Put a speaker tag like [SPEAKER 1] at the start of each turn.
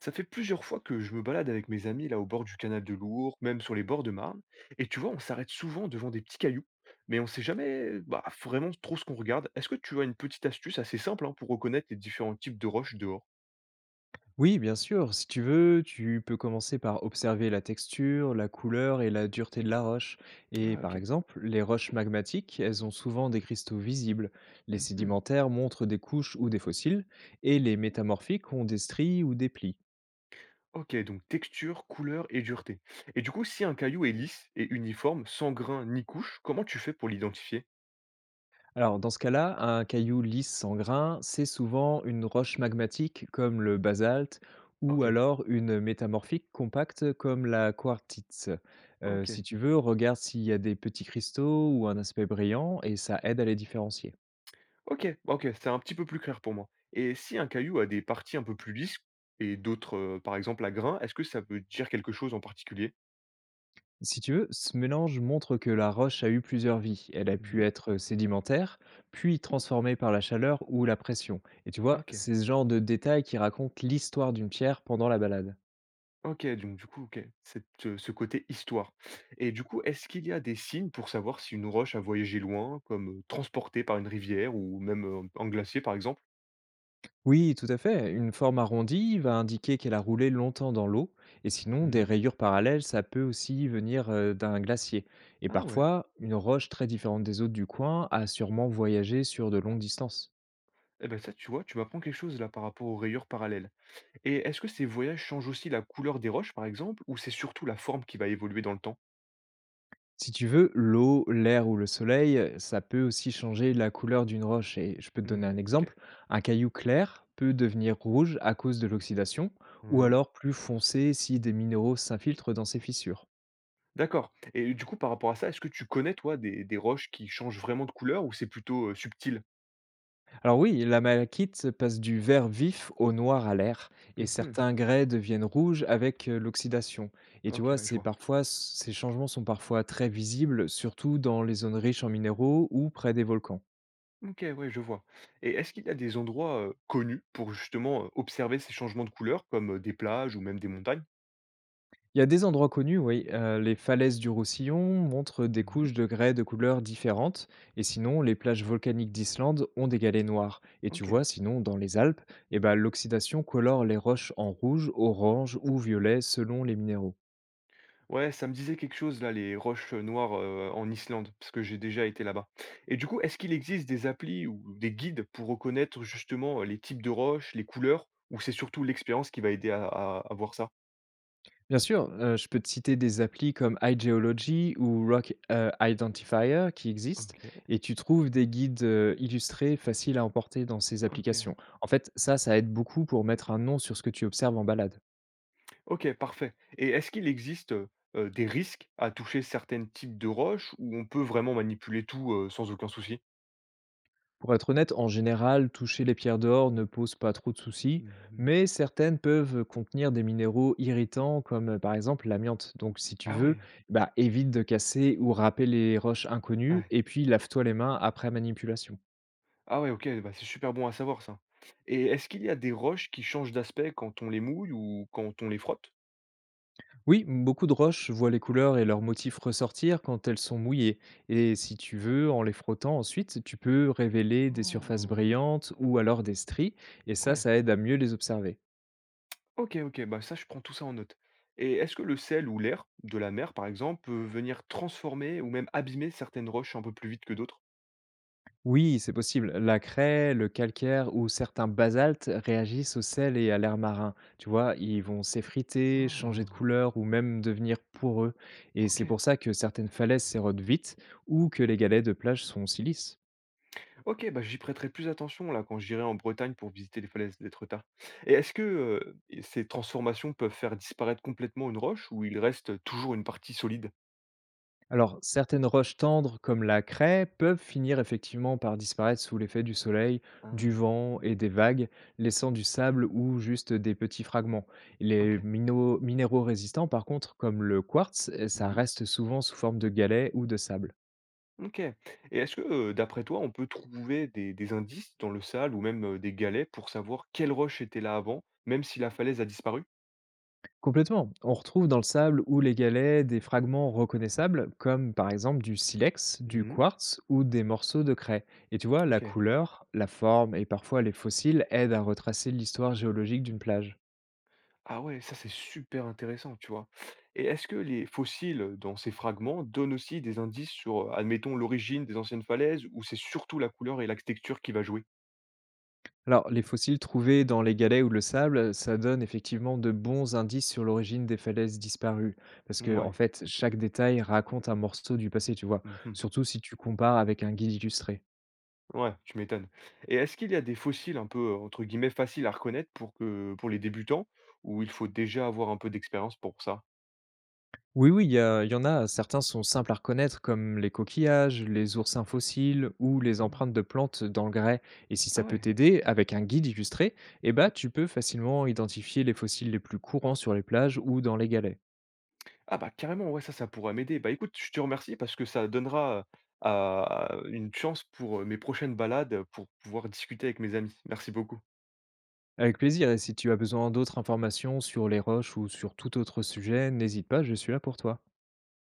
[SPEAKER 1] Ça fait plusieurs fois que je me balade avec mes amis là au bord du canal de Lourdes, même sur les bords de Marne. Et tu vois, on s'arrête souvent devant des petits cailloux, mais on sait jamais bah, vraiment trop ce qu'on regarde. Est-ce que tu as une petite astuce assez simple hein, pour reconnaître les différents types de roches dehors?
[SPEAKER 2] Oui, bien sûr. Si tu veux, tu peux commencer par observer la texture, la couleur et la dureté de la roche. Et
[SPEAKER 1] Ah
[SPEAKER 2] par
[SPEAKER 1] ok.
[SPEAKER 2] exemple, les roches magmatiques, elles ont souvent des cristaux visibles. Les
[SPEAKER 1] Mhm.
[SPEAKER 2] sédimentaires montrent des couches ou des fossiles, et les métamorphiques ont des stries ou des plis.
[SPEAKER 1] Ok, donc texture, couleur et dureté. Et du coup, si un caillou est lisse et uniforme, sans grain ni couche, comment tu fais pour l'identifier?
[SPEAKER 2] Alors, dans ce cas-là, un caillou lisse sans grain, c'est souvent une roche magmatique comme le basalte ou
[SPEAKER 1] Ok,
[SPEAKER 2] alors une métamorphique compacte comme la quartzite. Si
[SPEAKER 1] ok.
[SPEAKER 2] tu veux, regarde s'il y a des petits cristaux ou un aspect brillant et ça aide à les différencier.
[SPEAKER 1] OK, bah, OK, c'est un petit peu plus clair pour moi et si un caillou a des parties un peu plus lisses et d'autres, par exemple à grains, est-ce que ça veut dire quelque chose en particulier?
[SPEAKER 2] Si tu veux, ce mélange montre que la roche a eu plusieurs vies. Elle a pu
[SPEAKER 1] Mmh.
[SPEAKER 2] être sédimentaire, puis transformée par la chaleur ou la pression. Et tu vois,
[SPEAKER 1] OK,
[SPEAKER 2] c'est ce genre de détails qui racontent l'histoire d'une pierre pendant la balade.
[SPEAKER 1] OK, donc du coup, OK, ce côté histoire et du coup, est-ce qu'il y a des signes pour savoir si une roche a voyagé loin, comme, transportée par une rivière ou même, un glacier, par exemple?
[SPEAKER 2] Oui, tout à fait. Une forme arrondie va indiquer qu'elle a roulé longtemps dans l'eau, et sinon des
[SPEAKER 1] Mmh.
[SPEAKER 2] rayures parallèles, ça peut aussi venir d'un glacier. Et
[SPEAKER 1] Ah ouais,
[SPEAKER 2] parfois, une roche très différente des autres du coin a sûrement voyagé sur de longues distances.
[SPEAKER 1] eh ben ça, tu vois, tu m'apprends quelque chose là par rapport aux rayures parallèles et est-ce que ces voyages changent aussi la couleur des roches, par exemple, ou c'est surtout la forme qui va évoluer dans le temps?
[SPEAKER 2] Si tu veux, l'eau, l'air ou le soleil, ça peut aussi changer la couleur d'une roche. Et je peux te
[SPEAKER 1] Mmh,
[SPEAKER 2] donner un
[SPEAKER 1] OK.
[SPEAKER 2] exemple. Un caillou clair peut devenir rouge à cause de l'oxydation, ou
[SPEAKER 1] Mmh.
[SPEAKER 2] alors plus foncé si des minéraux s'infiltrent dans ses fissures.
[SPEAKER 1] D'accord et du coup, par rapport à ça, est-ce que tu connais, toi, des roches qui changent vraiment de couleur ou c'est plutôt, subtil?
[SPEAKER 2] Alors oui, la malachite passe du vert vif au noir à l'air, et
[SPEAKER 1] Mmh.
[SPEAKER 2] certains grès deviennent rouges avec l'oxydation. Et tu
[SPEAKER 1] OK,
[SPEAKER 2] vois,
[SPEAKER 1] ouais, je vois.
[SPEAKER 2] ces changements sont parfois très visibles, surtout dans les zones riches en minéraux ou près des volcans.
[SPEAKER 1] OK, ouais, je vois et est-ce qu'il y a des endroits, connus pour justement, observer ces changements de couleur comme, des plages ou même des montagnes?
[SPEAKER 2] Il y a des endroits connus, oui. Les falaises du Roussillon montrent des couches
[SPEAKER 1] Mmh.
[SPEAKER 2] de grès de couleurs différentes, et sinon, les plages volcaniques d'Islande ont des galets noirs. Et tu vois,
[SPEAKER 1] OK.
[SPEAKER 2] sinon, dans les Alpes, eh ben, l'oxydation colore les roches en rouge, orange ou violet selon les minéraux.
[SPEAKER 1] Ouais, ça me disait quelque chose là, les roches, noires, en Islande, parce que j'ai déjà été là-bas et du coup, est-ce qu'il existe des applis ou des guides pour reconnaître justement, les types de roches, les couleurs ou c'est surtout l'expérience qui va aider à voir ça?
[SPEAKER 2] Bien sûr, je peux te citer des applis comme iGeology ou Rock, Identifier qui existent
[SPEAKER 1] OK,
[SPEAKER 2] et tu trouves des guides, illustrés faciles à emporter dans ces
[SPEAKER 1] OK.
[SPEAKER 2] applications. En fait, ça aide beaucoup pour mettre un nom sur ce que tu observes en balade.
[SPEAKER 1] OK, parfait. Et est-ce qu'il existe, des risques à toucher certains types de roches ou on peut vraiment manipuler tout, sans aucun souci?
[SPEAKER 2] Pour être honnête, en général, toucher les pierres d'or ne pose pas trop de soucis,
[SPEAKER 1] Mmh.
[SPEAKER 2] mais certaines peuvent contenir des minéraux irritants comme, par exemple l'amiante. Donc si tu
[SPEAKER 1] Ah
[SPEAKER 2] veux,
[SPEAKER 1] ouais,
[SPEAKER 2] bah, évite de casser ou râper les roches inconnues
[SPEAKER 1] ouais.
[SPEAKER 2] et puis lave-toi les mains après manipulation.
[SPEAKER 1] Ah ouais, OK, bah, c'est super bon à savoir ça. Et est-ce qu'il y a des roches qui changent d'aspect quand on les mouille ou quand on les frotte?
[SPEAKER 2] Oui, beaucoup de roches voient les couleurs et leurs motifs ressortir quand elles sont mouillées. Et si tu veux, en les frottant ensuite, tu peux révéler des surfaces
[SPEAKER 1] Oh,
[SPEAKER 2] brillantes ou alors des stries, et ça,
[SPEAKER 1] ouais.
[SPEAKER 2] ça aide à mieux les observer.
[SPEAKER 1] OK, OK, bah, ça, je prends tout ça en note. Et est-ce que le sel ou l'air de la mer, par exemple, peut venir transformer ou même abîmer certaines roches un peu plus vite que d'autres?
[SPEAKER 2] Oui, c'est possible. La craie, le calcaire ou certains basaltes réagissent au sel et à l'air marin. Tu vois, ils vont s'effriter, changer de
[SPEAKER 1] Ah,
[SPEAKER 2] couleur ou même devenir poreux. Et c'est
[SPEAKER 1] OK.
[SPEAKER 2] pour ça que certaines falaises s'érodent vite ou que les galets de plage sont si lisses.
[SPEAKER 1] Ok, bah, j'y prêterai plus attention là quand j'irai en Bretagne pour visiter les falaises d'Étretat. Et est-ce que ces transformations peuvent faire disparaître complètement une roche ou il reste toujours une partie solide?
[SPEAKER 2] Alors, certaines roches tendres, comme la craie, peuvent finir effectivement par disparaître sous l'effet du soleil, du
[SPEAKER 1] Ah,
[SPEAKER 2] vent et des vagues, laissant du sable ou juste des petits fragments. Les
[SPEAKER 1] ok.
[SPEAKER 2] minéraux résistants, par contre, comme le quartz, eh, ça
[SPEAKER 1] Mhm.
[SPEAKER 2] reste souvent sous forme de galets ou de sable.
[SPEAKER 1] Ok. Et est-ce que, d'après toi, on peut trouver des indices dans le sable ou même des galets pour savoir quelle roche était là avant, même si la falaise a disparu?
[SPEAKER 2] Complètement. On retrouve dans le sable ou les galets des fragments reconnaissables, comme par exemple du silex, du
[SPEAKER 1] Mhm.
[SPEAKER 2] quartz ou des morceaux de craie. Et tu vois, la
[SPEAKER 1] Ok.
[SPEAKER 2] couleur, la forme et parfois les fossiles aident à retracer l'histoire géologique d'une plage.
[SPEAKER 1] Ah ouais, ça c'est super intéressant, tu vois. Et est-ce que les fossiles dans ces fragments donnent aussi des indices sur, admettons, l'origine des anciennes falaises, ou c'est surtout la couleur et la texture qui va jouer?
[SPEAKER 2] Alors, les fossiles trouvés dans les galets ou le sable, ça donne effectivement de bons indices sur l'origine des falaises disparues. Parce que, en
[SPEAKER 1] Ouais,
[SPEAKER 2] fait,
[SPEAKER 1] ok.
[SPEAKER 2] chaque détail raconte un morceau du passé, tu vois.
[SPEAKER 1] Mhm.
[SPEAKER 2] Surtout si tu compares avec un guide illustré.
[SPEAKER 1] Ouais, tu m'étonnes. Et est-ce qu'il y a des fossiles un peu, entre guillemets, faciles à reconnaître pour les débutants, ou il faut déjà avoir un peu d'expérience pour ça?
[SPEAKER 2] Oui, oui, il y en a. Certains sont simples à reconnaître, comme les coquillages, les oursins fossiles ou les empreintes
[SPEAKER 1] Mhm.
[SPEAKER 2] de plantes dans le grès. Et si ça
[SPEAKER 1] Ah
[SPEAKER 2] peut
[SPEAKER 1] ouais.
[SPEAKER 2] t'aider, avec un guide illustré, eh ben, tu peux facilement identifier les fossiles les plus courants sur les plages ou dans les galets.
[SPEAKER 1] Ah bah carrément, ouais, ça pourra m'aider. Bah écoute, je te remercie parce que ça donnera une chance pour mes prochaines balades, pour pouvoir discuter avec mes amis. Merci beaucoup.
[SPEAKER 2] Avec plaisir et si tu as besoin d'autres informations sur les roches ou sur tout autre sujet, n'hésite pas, je suis là pour toi.